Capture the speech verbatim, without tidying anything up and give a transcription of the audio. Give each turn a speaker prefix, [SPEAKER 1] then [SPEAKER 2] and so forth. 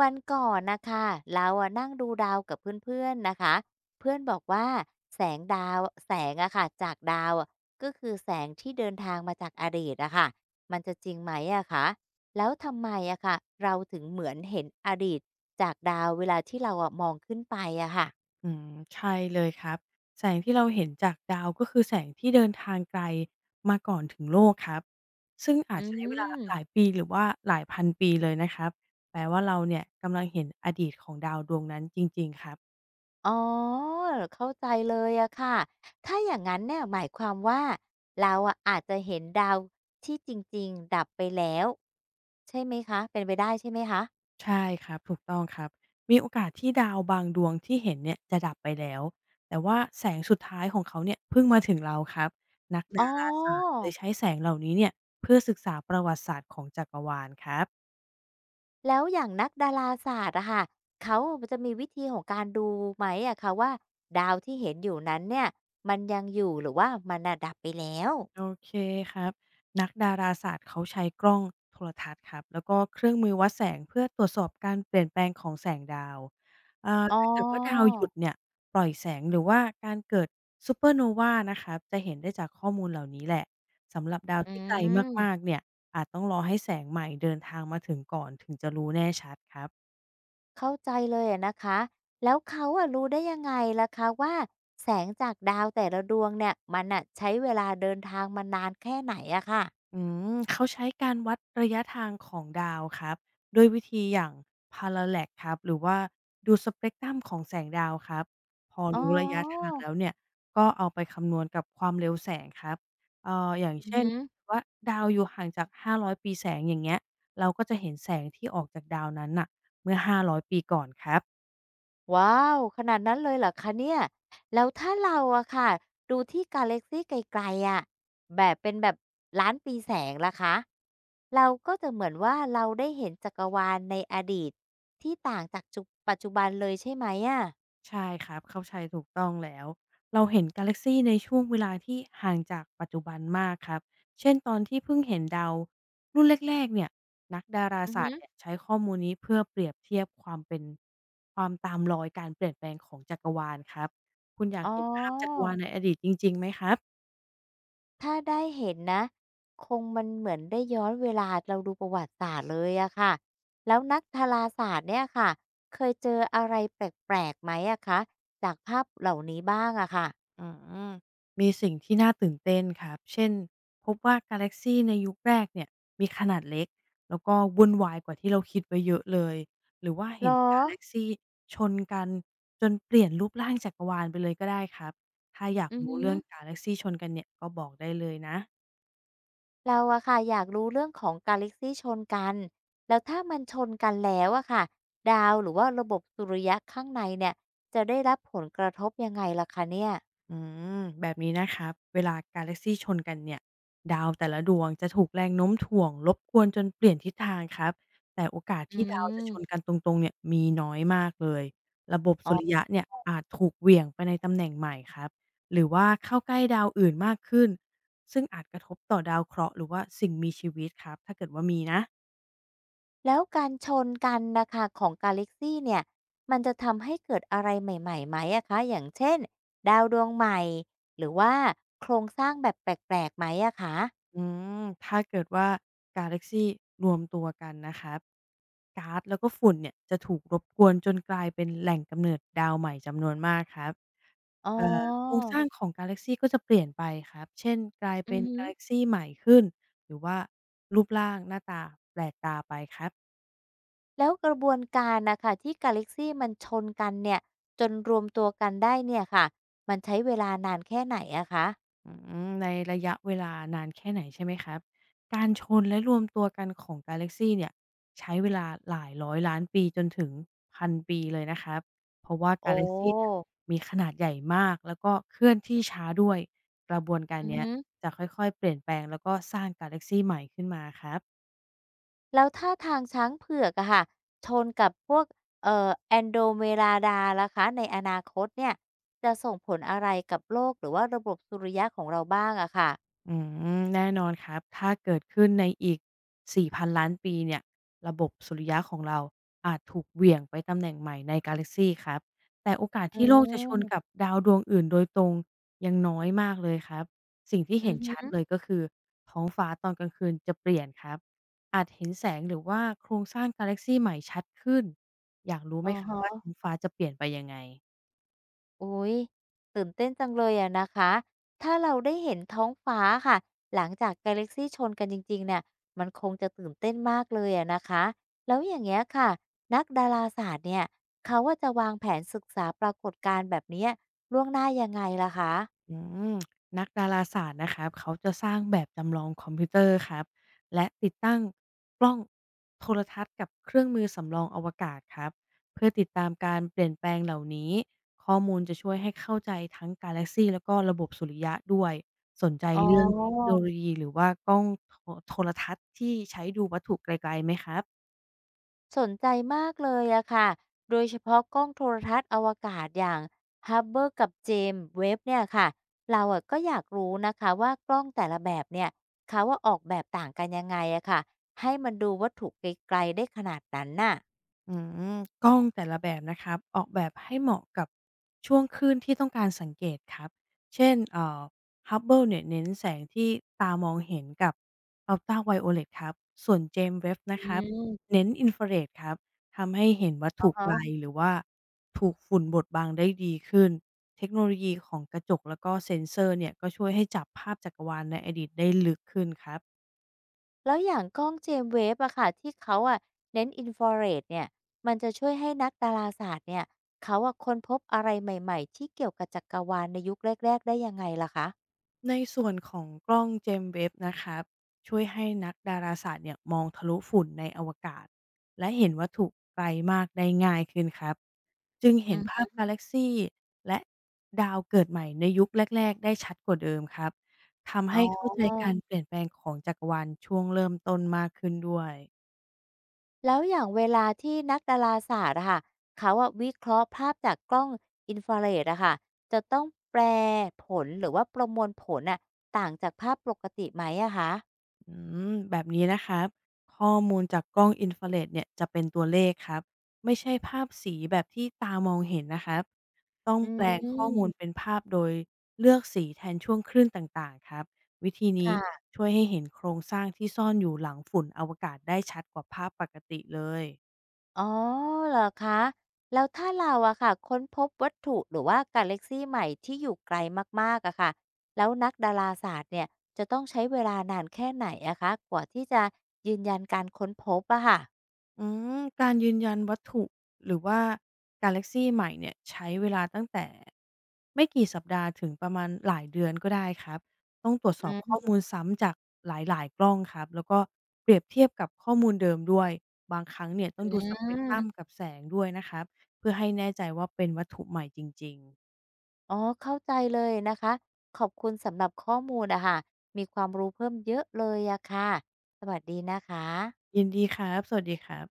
[SPEAKER 1] วันก่อนนะคะเราอะนั่งดูดาวกับเพื่อนๆนะคะเพื่อนบอกว่าแสงดาวแสงอะค่ะจากดาวอะก็คือแสงที่เดินทางมาจากอดีตอะค่ะมันจะจริงไหมอะคะแล้วทำไมอะค่ะเราถึงเหมือนเห็นอดีตจากดาวเวลาที่เราอะมองขึ้นไปอะค่ะ
[SPEAKER 2] อืมใช่เลยครับแสงที่เราเห็นจากดาวก็คือแสงที่เดินทางไกลมาก่อนถึงโลกครับซึ่งอา
[SPEAKER 1] อื
[SPEAKER 2] จใช้เวลาหลาย
[SPEAKER 1] ม
[SPEAKER 2] ปีหรือว่าหลายพันปีเลยนะครับแปลว่าเราเนี่ยกำลังเห็นอดีตของดาวดวงนั้นจริงๆครับ
[SPEAKER 1] อ๋อเข้าใจเลยอะค่ะถ้าอย่างนั้นเนี่ยหมายความว่าเราอะอาจจะเห็นดาวที่จริงๆดับไปแล้วใช่ไหมคะเป็นไปได้ใช่ไหมคะ
[SPEAKER 2] ใช่ครับถูกต้องครับมีโอกาสที่ดาวบางดวงที่เห็นเนี่ยจะดับไปแล้วแต่ว่าแสงสุดท้ายของเขาเนี่ยเพิ่งมาถึงเราครับนัก
[SPEAKER 1] อ๋
[SPEAKER 2] ดา
[SPEAKER 1] อ
[SPEAKER 2] ราศาสตร์เลยใช้แสงเหล่านี้เนี่ยเพื่อศึกษาประวัติศาสตร์ของจักรวาลครับ
[SPEAKER 1] แล้วอย่างนักดาราศาสตร์อะค่ะเขาจะมีวิธีของการดูไหมอะคะว่าดาวที่เห็นอยู่นั้นเนี่ยมันยังอยู่หรือว่ามันน่ะดับไปแล้ว
[SPEAKER 2] โอเคครับนักดาราศาสตร์เขาใช้กล้องโทรทัศน์ครับแล้วก็เครื่องมือวัดแสงเพื่อตรวจสอบการเปลี่ยนแปลงของแสงดาวเอ่อ
[SPEAKER 1] อ๋อ
[SPEAKER 2] ถ้าเกิดว่าดาวหยุดเนี่ยปล่อยแสงหรือว่าการเกิดซูเปอร์โนวานะครับจะเห็นได้จากข้อมูลเหล่านี้แหละสำหรับดาว
[SPEAKER 1] อื
[SPEAKER 2] ที่ไกลมาก
[SPEAKER 1] ม
[SPEAKER 2] ๆเนี่ยอาจต้องรอให้แสงใหม่เดินทางมาถึงก่อนถึงจะรู้แน่ชัดครับ
[SPEAKER 1] เข้าใจเลยอะนะคะ แล้วเขาอะรู้ได้ยังไงล่ะคะว่าแสงจากดาวแต่ละดวงเนี่ยมันอะใช้เวลาเดินทางมานานแค่ไหนอะค่ะ
[SPEAKER 2] อืมเขาใช้การวัดระยะทางของดาวครับโด้วยวิธีอย่าง parallax ครับหรือว่าดูสเปกตรัมของแสงดาวครับพอ
[SPEAKER 1] อ๋อ
[SPEAKER 2] รู้ระยะทางแล้วเนี่ยก็เอาไปคำนวณกับความเร็วแสงครับเอ่ออย่าง
[SPEAKER 1] อือ
[SPEAKER 2] เช่น
[SPEAKER 1] ฮึ
[SPEAKER 2] ว่าดาวอยู่ห่างจาก ห้าร้อย ปีแสงอย่างเงี้ยเราก็จะเห็นแสงที่ออกจากดาวนั้นน่ะเมื่อ ห้าร้อย ปีก่อนครับ
[SPEAKER 1] ว้าวขนาดนั้นเลยเหรอคะเนี่ยแล้วถ้าเราอะค่ะดูที่กาแล็กซีไกลๆอะแบบเป็นแบบล้านปีแสงล่ะคะเราก็จะเหมือนว่าเราได้เห็นจักรวาลในอดีตที่ต่างจากจุปัจจุบันเลยใช่ไหมอะ
[SPEAKER 2] ใช่ครับเข้าใจถูกต้องแล้วเราเห็นกาแล็กซีในช่วงเวลาที่ห่างจากปัจจุบันมากครับเช่นตอนที่เพิ่งเห็นดาวรุ่นแรกๆเนี่ยนักดารา
[SPEAKER 1] อือ
[SPEAKER 2] ศา
[SPEAKER 1] ฮึ
[SPEAKER 2] สตร์เนี่ยใช้ข้อมูลนี้เพื่อเปรียบเทียบความเป็นความตามรอยการเปลี่ยนแปลงของจักรวาลครับคุณอยา
[SPEAKER 1] อ๋
[SPEAKER 2] ก
[SPEAKER 1] อ
[SPEAKER 2] เห็นภาพจักรวาลในอดีตจริงๆไหมครับ
[SPEAKER 1] ถ้าได้เห็นนะคงมันเหมือนได้ย้อนเวลาเราดูประวัติศาสตร์เลยอะค่ะแล้วนักดาราศาสตร์เนี่ยค่ะเคยเจออะไรแปลกๆไหมอะคะจากภาพเหล่านี้บ้างอะค่ะ
[SPEAKER 2] อืมมีสิ่งที่น่าตื่นเต้นครับ เช่นพบว่ากาแล็กซีในยุคแรกเนี่ยมีขนาดเล็กแล้วก็วุ่นวายกว่าที่เราคิดไว้เยอะเลยหรือว่า
[SPEAKER 1] เหร
[SPEAKER 2] เห็น
[SPEAKER 1] อ
[SPEAKER 2] กาแล็กซีชนกันจนเปลี่ยนรูปร่างจักรวาลไปเลยก็ได้ครับถ้าอยาก
[SPEAKER 1] อือฮ
[SPEAKER 2] รู้เรื่องกาแล็กซีชนกันเนี่ยก็บอกได้เลยนะ
[SPEAKER 1] เราอะค่ะอยากรู้เรื่องของกาแล็กซี่ชนกันแล้วถ้ามันชนกันแล้วอะค่ะดาวหรือว่าระบบสุริยะข้างในเนี่ยจะได้รับผลกระทบยังไงล่ะคะเนี่ย
[SPEAKER 2] อืมแบบนี้นะครับเวลากาแล็กซีชนกันเนี่ยดาวแต่ละดวงจะถูกแรงโน้มถ่วงรบกวนจนเปลี่ยนทิศทางครับแต่โอกาส
[SPEAKER 1] อื
[SPEAKER 2] ที่ดาวจะชน
[SPEAKER 1] ม
[SPEAKER 2] กันตรงๆเนี่ยมีน้อยมากเลยระบบ
[SPEAKER 1] อ๋
[SPEAKER 2] สุ
[SPEAKER 1] อ
[SPEAKER 2] ริยะเนี่ยอาจถูกเหวี่ยงไปในตำแหน่งใหม่ครับหรือว่าเข้าใกล้ดาวอื่นมากขึ้นซึ่งอาจกระทบต่อดาวเคราะห์หรือว่าสิ่งมีชีวิตครับถ้าเกิดว่ามีนะ
[SPEAKER 1] แล้วการชนกันนะคะของกาแล็กซี่เนี่ยมันจะทำให้เกิดอะไรใหม่ๆไหมอะคะอย่างเช่นดาวดวงใหม่หรือว่าโครงสร้างแบบแปลกๆไหมอะคะ
[SPEAKER 2] อืมถ้าเกิดว่ากาแล็กซีรวมตัวกันนะครับก๊าซแล้วก็ฝุ่นเนี่ยจะถูกรบกวนจนกลายเป็นแหล่งกำเนิดดาวใหม่จำนวนมากครับ
[SPEAKER 1] อ๋อ
[SPEAKER 2] เอ่อโครงสร้างของกาแล็กซีก็จะเปลี่ยนไปครับเช่นกลาย
[SPEAKER 1] อื
[SPEAKER 2] เป็
[SPEAKER 1] อ
[SPEAKER 2] น
[SPEAKER 1] ฮึ
[SPEAKER 2] กาแล็กซีใหม่ขึ้นหรือว่ารูปร่างหน้าตาแปลกตาไปครับ
[SPEAKER 1] แล้วกระบวนการนะคะที่กาแล็กซีมันชนกันเนี่ยจนรวมตัวกันได้เนี่ยค่ะมันใช้เวลานานแค่ไหนอะคะ
[SPEAKER 2] อืมในระยะเวลานานแค่ไหนใช่ไหมครับการชนและรวมตัวกันของกาแล็กซีเนี่ยใช้เวลาหลายร้อยล้านปีจนถึงพันปีเลยนะครับเพราะว่า
[SPEAKER 1] โอ
[SPEAKER 2] กาแล็กซีเนี่ย
[SPEAKER 1] ้
[SPEAKER 2] มีขนาดใหญ่มากแล้วก็เคลื่อนที่ช้าด้วยกระบวนการ
[SPEAKER 1] อือ
[SPEAKER 2] เนี้ย
[SPEAKER 1] ฮึ
[SPEAKER 2] จะค่อยๆเปลี่ยนแปลงแล้วก็สร้างกาแล็กซีใหม่ขึ้นมาครับ
[SPEAKER 1] แล้วถ้าทางช้างเผือกอะค่ะชนกับพวกเอ่อแอนโดเม m าดาล่ะคะในอนาคตเนี่ยจะส่งผลอะไรกับโลกหรือว่าระบบสุริยะของเราบ้างอะค่ะ
[SPEAKER 2] อืมแน่นอนครับถ้าเกิดขึ้นในอีกสี่พันล้านปีเนี่ยระบบสุริยะของเราอาจถูกเหวี่ยงไปตำแหน่งใหม่ในกาแล็กซีครับแต่โอกาส
[SPEAKER 1] อื
[SPEAKER 2] ที่โลกจะชนกับ
[SPEAKER 1] ม
[SPEAKER 2] ดาวดวงอื่นโดยตรงยังน้อยมากเลยครับสิ่งที่
[SPEAKER 1] อื
[SPEAKER 2] เห็
[SPEAKER 1] อ
[SPEAKER 2] นชัด
[SPEAKER 1] ฮึ
[SPEAKER 2] เลยก็คือท้องฟ้าตอนกลางคืนจะเปลี่ยนครับอาจเห็นแสงหรือว่าโครงสร้างกาแล็กซีใหม่ชัดขึ้นอยากรู้
[SPEAKER 1] อ
[SPEAKER 2] ไหม
[SPEAKER 1] อ
[SPEAKER 2] ครับว่า
[SPEAKER 1] ฮะ
[SPEAKER 2] ท้องฟ้าจะเปลี่ยนไปยังไง
[SPEAKER 1] อุ๊ยตื่นเต้นจังเลยอะนะคะถ้าเราได้เห็นท้องฟ้าค่ะหลังจากกาแล็กซีชนกันจริงๆเนี่ยมันคงจะตื่นเต้นมากเลยอะนะคะแล้วอย่างเงี้ยค่ะนักดาราศาสตร์เนี่ยเขาว่าจะวางแผนศึกษาปรากฏการณ์แบบเนี้ยล่วงหน้ายังไงล่ะคะ
[SPEAKER 2] อืมนักดาราศาสตร์นะครับเขาจะสร้างแบบจำลองคอมพิวเตอร์ครับและติดตั้งกล้องโทรทัศน์กับเครื่องมือสำรองอวกาศครับเพื่อติดตามการเปลี่ยนแปลงเหล่านี้ข้อมูลจะช่วยให้เข้าใจทั้งกาแล็กซีแล้วก็ระบบสุริยะด้วยสนใจ
[SPEAKER 1] อ๋อ
[SPEAKER 2] เรื่องเทคโนโลยีหรือว่ากล้องโทโทรทัศน์ที่ใช้ดูวัตถุไกลๆไหมครับ
[SPEAKER 1] สนใจมากเลยอะค่ะโดยเฉพาะกล้องโทรทัศน์อวกาศอย่าง เอช ยู บี บีลกับ เจมส์ เว็บเนี่ยค่ะเราอะก็อยากรู้นะคะว่ากล้องแต่ละแบบเนี่ยเขาว่าออกแบบต่างกันยังไงอะค่ะให้มันดูวัตถุไกลๆได้ขนาดนั้นน่ะ
[SPEAKER 2] อืมกล้องแต่ละแบบนะครับออกแบบให้เหมาะกับช่วงคลื่นที่ต้องการสังเกตครับเช่นเอ่อ Hubble เนี่ยเน้นแสงที่ตามองเห็นกับ Ultraviolet ครับส่วน James Webb นะค
[SPEAKER 1] อื
[SPEAKER 2] รับ
[SPEAKER 1] ม
[SPEAKER 2] เน้นอินฟราเรดครับทำให้เห็นวัต
[SPEAKER 1] อ่า
[SPEAKER 2] ถุไก
[SPEAKER 1] ฮะ
[SPEAKER 2] ลหรือว่าถูกฝุ่นบดบังได้ดีขึ้นเทคโนโลยีของกระจกแล้วก็เซ็นเซอร์เนี่ยก็ช่วยให้จับภาพจักรวาลในอดีตได้ลึกขึ้นครับ
[SPEAKER 1] แล้วอย่างกล้องเจมส์เวฟอะค่ะที่เขาอะเน้นอินฟราเรดเนี่ยมันจะช่วยให้นักดาราศาสตร์เนี่ยเขาอะค้นพบอะไรใหม่ๆที่เกี่ยวกับจักรวาลในยุคแรกๆได้ยังไงล่ะคะ
[SPEAKER 2] ในส่วนของกล้องเจมส์เว็บนะครับช่วยให้นักดาราศาสตร์เนี่ยมองทะลุฝุ่นในอวกาศและเห็นวัตถุไกลมากได้ง่ายขึ้นครับจึง
[SPEAKER 1] อื
[SPEAKER 2] เห็นภา
[SPEAKER 1] ม
[SPEAKER 2] พกาแล็กซีและดาวเกิดใหม่ในยุคแรกๆได้ชัดกว่าเดิมครับทำ
[SPEAKER 1] อ๋อ
[SPEAKER 2] ให้เข้าใจการเปลี่ยนแปลงของจักรวาลช่วงเริ่มต้นมากขึ้นด้วย
[SPEAKER 1] แล้วอย่างเวลาที่นักดาราศาสตร์อะค่ะเขาอะวิเคราะห์ภาพจากกล้องอินฟราเรดอะค่ะจะต้องแปลผลหรือว่าประมวลผลน่ะต่างจากภาพปกติไหมอะคะ
[SPEAKER 2] อืมแบบนี้นะครับข้อมูลจากกล้องอินฟราเรดเนี่ยจะเป็นตัวเลขครับไม่ใช่ภาพสีแบบที่ตามองเห็นนะครับต้อง
[SPEAKER 1] อื
[SPEAKER 2] แปลอ๋ลองข้อมูล
[SPEAKER 1] ม
[SPEAKER 2] เป็นภาพโดยเลือกสีแทนช่วงคลื่นต่างๆครับวิธีนี้
[SPEAKER 1] ค่ะ
[SPEAKER 2] ช่วยให้เห็นโครงสร้างที่ซ่อนอยู่หลังฝุ่นอวกาศได้ชัดกว่าภาพปกติเลย
[SPEAKER 1] อ๋อเหรอคะแล้วถ้าเราอะค่ะค้นพบวัตถุหรือว่ากาแล็กซี่ใหม่ที่อยู่ไกลมากๆอะค่ะแล้วนักดาราศาสตร์เนี่ยจะต้องใช้เวลานานแค่ไหนอะคะกว่าที่จะยืนยันการค้นพบอะค่ะ
[SPEAKER 2] อืมการยืนยันวัตถุหรือว่ากาแล็กซีใหม่เนี่ยใช้เวลาตั้งแต่ไม่กี่สัปดาห์ถึงประมาณหลายเดือนก็ได้ครับต้องตรวจส
[SPEAKER 1] อ
[SPEAKER 2] อบข้
[SPEAKER 1] ื
[SPEAKER 2] อมูลซ้ำจากหลายๆกล้องครับแล้วก็เปรียบเทียบกับข้อมูลเดิมด้วยบางครั้งเนี่ยต้องดูสเปกตรัม
[SPEAKER 1] ม
[SPEAKER 2] กับแสงด้วยนะครับเพื่อให้แน่ใจว่าเป็นวัตถุใหม่จริงๆ
[SPEAKER 1] อ๋อเข้าใจเลยนะคะขอบคุณสำหรับข้อมูลอะค่ะมีความรู้เพิ่มเยอะเลยอะค่ะสวัสดีนะคะ
[SPEAKER 2] ยินดีครับสวัสดีครับ